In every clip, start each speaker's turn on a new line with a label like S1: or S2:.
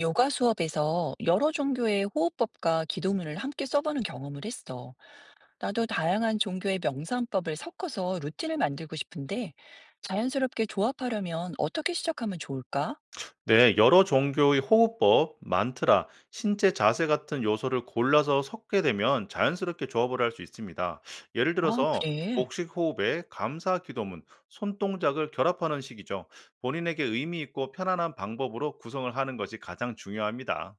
S1: 요가 수업에서 여러 종교의 호흡법과 기도문을 함께 써보는 경험을 했어. 나도 다양한 종교의 명상법을 섞어서 루틴을 만들고 싶은데 자연스럽게 조합하려면 어떻게 시작하면 좋을까?
S2: 네, 여러 종교의 호흡법, 만트라, 신체 자세 같은 요소를 골라서 섞게 되면 자연스럽게 조합을 할 수 있습니다. 예를
S1: 아,
S2: 들어서
S1: 그래.
S2: 복식 호흡에 감사 기도문, 손동작을 결합하는 식이죠. 본인에게 의미 있고 편안한 방법으로 구성을 하는 것이 가장 중요합니다.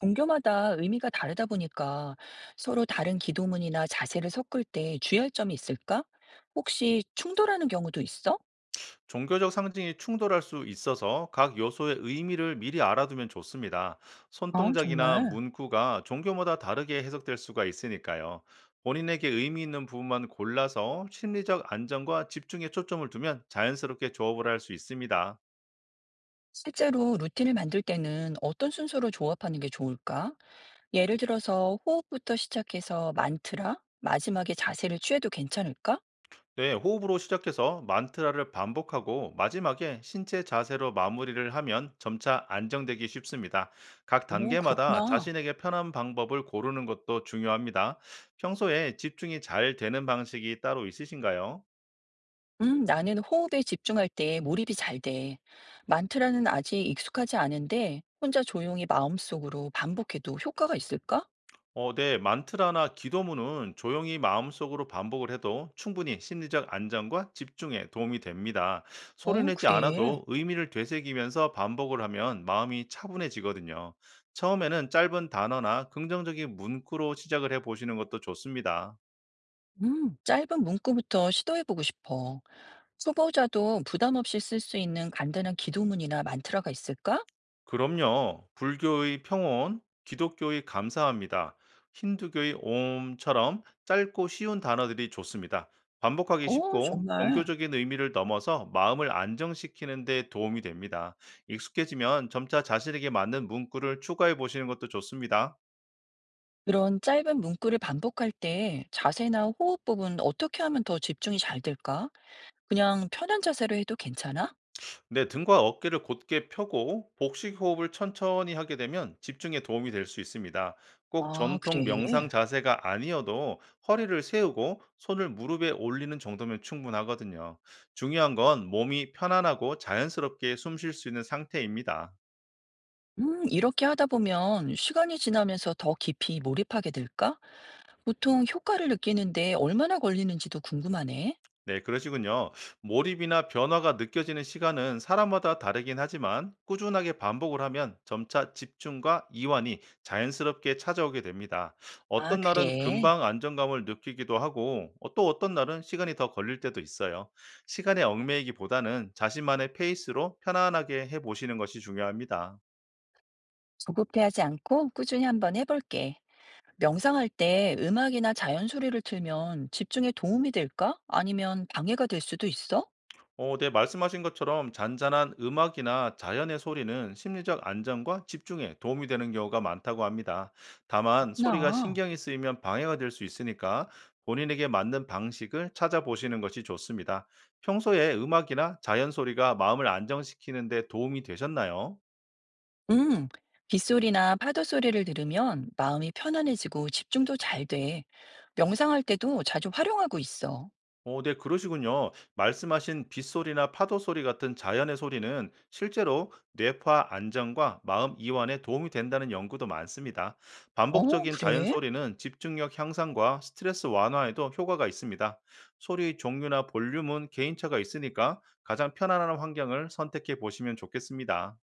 S1: 종교마다 의미가 다르다 보니까 서로 다른 기도문이나 자세를 섞을 때 주의할 점이 있을까? 혹시 충돌하는 경우도 있어?
S2: 종교적 상징이 충돌할 수 있어서 각 요소의 의미를 미리 알아두면 좋습니다.
S1: 아,
S2: 손동작이나
S1: 정말.
S2: 문구가 종교마다 다르게 해석될 수가 있으니까요. 본인에게 의미 있는 부분만 골라서 심리적 안정과 집중에 초점을 두면 자연스럽게 조업을 할 수 있습니다.
S1: 실제로 루틴을 만들 때는 어떤 순서로 조합하는 게 좋을까? 예를 들어서 호흡부터 시작해서 만트라, 마지막에 자세를 취해도 괜찮을까?
S2: 네, 호흡으로 시작해서 만트라를 반복하고 마지막에 신체 자세로 마무리를 하면 점차 안정되기 쉽습니다. 각
S1: 어,
S2: 단계마다
S1: 그렇구나.
S2: 자신에게 편한 방법을 고르는 것도 중요합니다. 평소에 집중이 잘 되는 방식이 따로 있으신가요?
S1: 나는 호흡에 집중할 때 몰입이 잘 돼. 만트라는 아직 익숙하지 않은데 혼자 조용히 마음속으로 반복해도 효과가 있을까?
S2: 네. 만트라나 기도문은 조용히 마음속으로 반복을 해도 충분히 심리적 안정과 집중에 도움이 됩니다. 소리
S1: 어,
S2: 내지
S1: 그래.
S2: 않아도 의미를 되새기면서 반복을 하면 마음이 차분해지거든요. 처음에는 짧은 단어나 긍정적인 문구로 시작을 해 보시는 것도 좋습니다.
S1: 짧은 문구부터 시도해보고 싶어. 초보자도 부담 없이 쓸 수 있는 간단한 기도문이나 만트라가 있을까?
S2: 그럼요. 불교의 평온, 기독교의 감사합니다, 힌두교의 옴처럼 짧고 쉬운 단어들이 좋습니다. 반복하기
S1: 어,
S2: 쉽고
S1: 정말.
S2: 종교적인 의미를 넘어서 마음을 안정시키는 데 도움이 됩니다. 익숙해지면 점차 자신에게 맞는 문구를 추가해 보시는 것도 좋습니다.
S1: 그런 짧은 문구를 반복할 때 자세나 호흡 부분 어떻게 하면 더 집중이 잘 될까? 그냥 편한 자세로 해도 괜찮아?
S2: 네, 등과 어깨를 곧게 펴고 복식 호흡을 천천히 하게 되면 집중에 도움이 될 수 있습니다. 꼭
S1: 아,
S2: 전통 명상
S1: 그래.
S2: 자세가 아니어도 허리를 세우고 손을 무릎에 올리는 정도면 충분하거든요. 중요한 건 몸이 편안하고 자연스럽게 숨 쉴 수 있는 상태입니다.
S1: 이렇게 하다 보면 시간이 지나면서 더 깊이 몰입하게 될까? 보통 효과를 느끼는데 얼마나 걸리는지도 궁금하네.
S2: 네, 그러시군요. 몰입이나 변화가 느껴지는 시간은 사람마다 다르긴 하지만 꾸준하게 반복을 하면 점차 집중과 이완이 자연스럽게 찾아오게 됩니다.
S1: 아,
S2: 어떤 날은
S1: 그래.
S2: 금방 안정감을 느끼기도 하고 또 어떤 날은 시간이 더 걸릴 때도 있어요. 시간에 얽매이기보다는 자신만의 페이스로 편안하게 해보시는 것이 중요합니다.
S1: 조급해하지 않고 꾸준히 한번 해볼게. 명상할 때 음악이나 자연 소리를 틀면 집중에 도움이 될까? 아니면 방해가 될 수도 있어?
S2: 네, 말씀하신 것처럼 잔잔한 음악이나 자연의 소리는 심리적 안정과 집중에 도움이 되는 경우가 많다고 합니다. 다만, 소리가
S1: 그렇구나.
S2: 신경이 쓰이면 방해가 될 수 있으니까 본인에게 맞는 방식을 찾아보시는 것이 좋습니다. 평소에 음악이나 자연 소리가 마음을 안정시키는 데 도움이 되셨나요?
S1: 음, 빗소리나 파도 소리를 들으면 마음이 편안해지고 집중도 잘 돼. 명상할 때도 자주 활용하고 있어.
S2: 오, 네, 그러시군요. 말씀하신 빗소리나 파도 소리 같은 자연의 소리는 실제로 뇌파 안정과 마음 이완에 도움이 된다는 연구도 많습니다.
S1: 어,
S2: 반복적인 자연
S1: 그래?
S2: 소리는 집중력 향상과 스트레스 완화에도 효과가 있습니다. 소리 종류나 볼륨은 개인차가 있으니까 가장 편안한 환경을 선택해 보시면 좋겠습니다.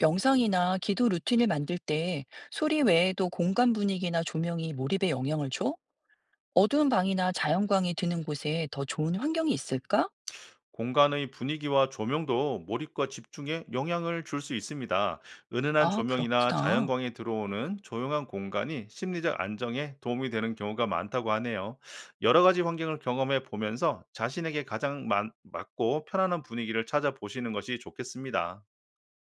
S1: 명상이나 기도 루틴을 만들 때 소리 외에도 공간 분위기나 조명이 몰입에 영향을 줘? 어두운 방이나 자연광이 드는 곳에 더 좋은 환경이 있을까?
S2: 공간의 분위기와 조명도 몰입과 집중에 영향을 줄 수 있습니다. 은은한
S1: 아,
S2: 조명이나
S1: 그렇구나.
S2: 자연광이 들어오는 조용한 공간이 심리적 안정에 도움이 되는 경우가 많다고 하네요. 여러 가지 환경을 경험해 보면서 자신에게 가장 맞고 편안한 분위기를 찾아보시는 것이 좋겠습니다.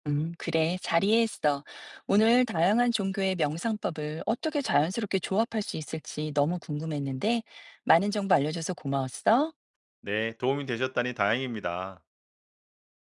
S1: 그래. 잘 이해했어. 오늘 다양한 종교의 명상법을 어떻게 자연스럽게 조합할 수 있을지 너무 궁금했는데 많은 정보 알려줘서 고마웠어.
S2: 네, 도움이 되셨다니 다행입니다.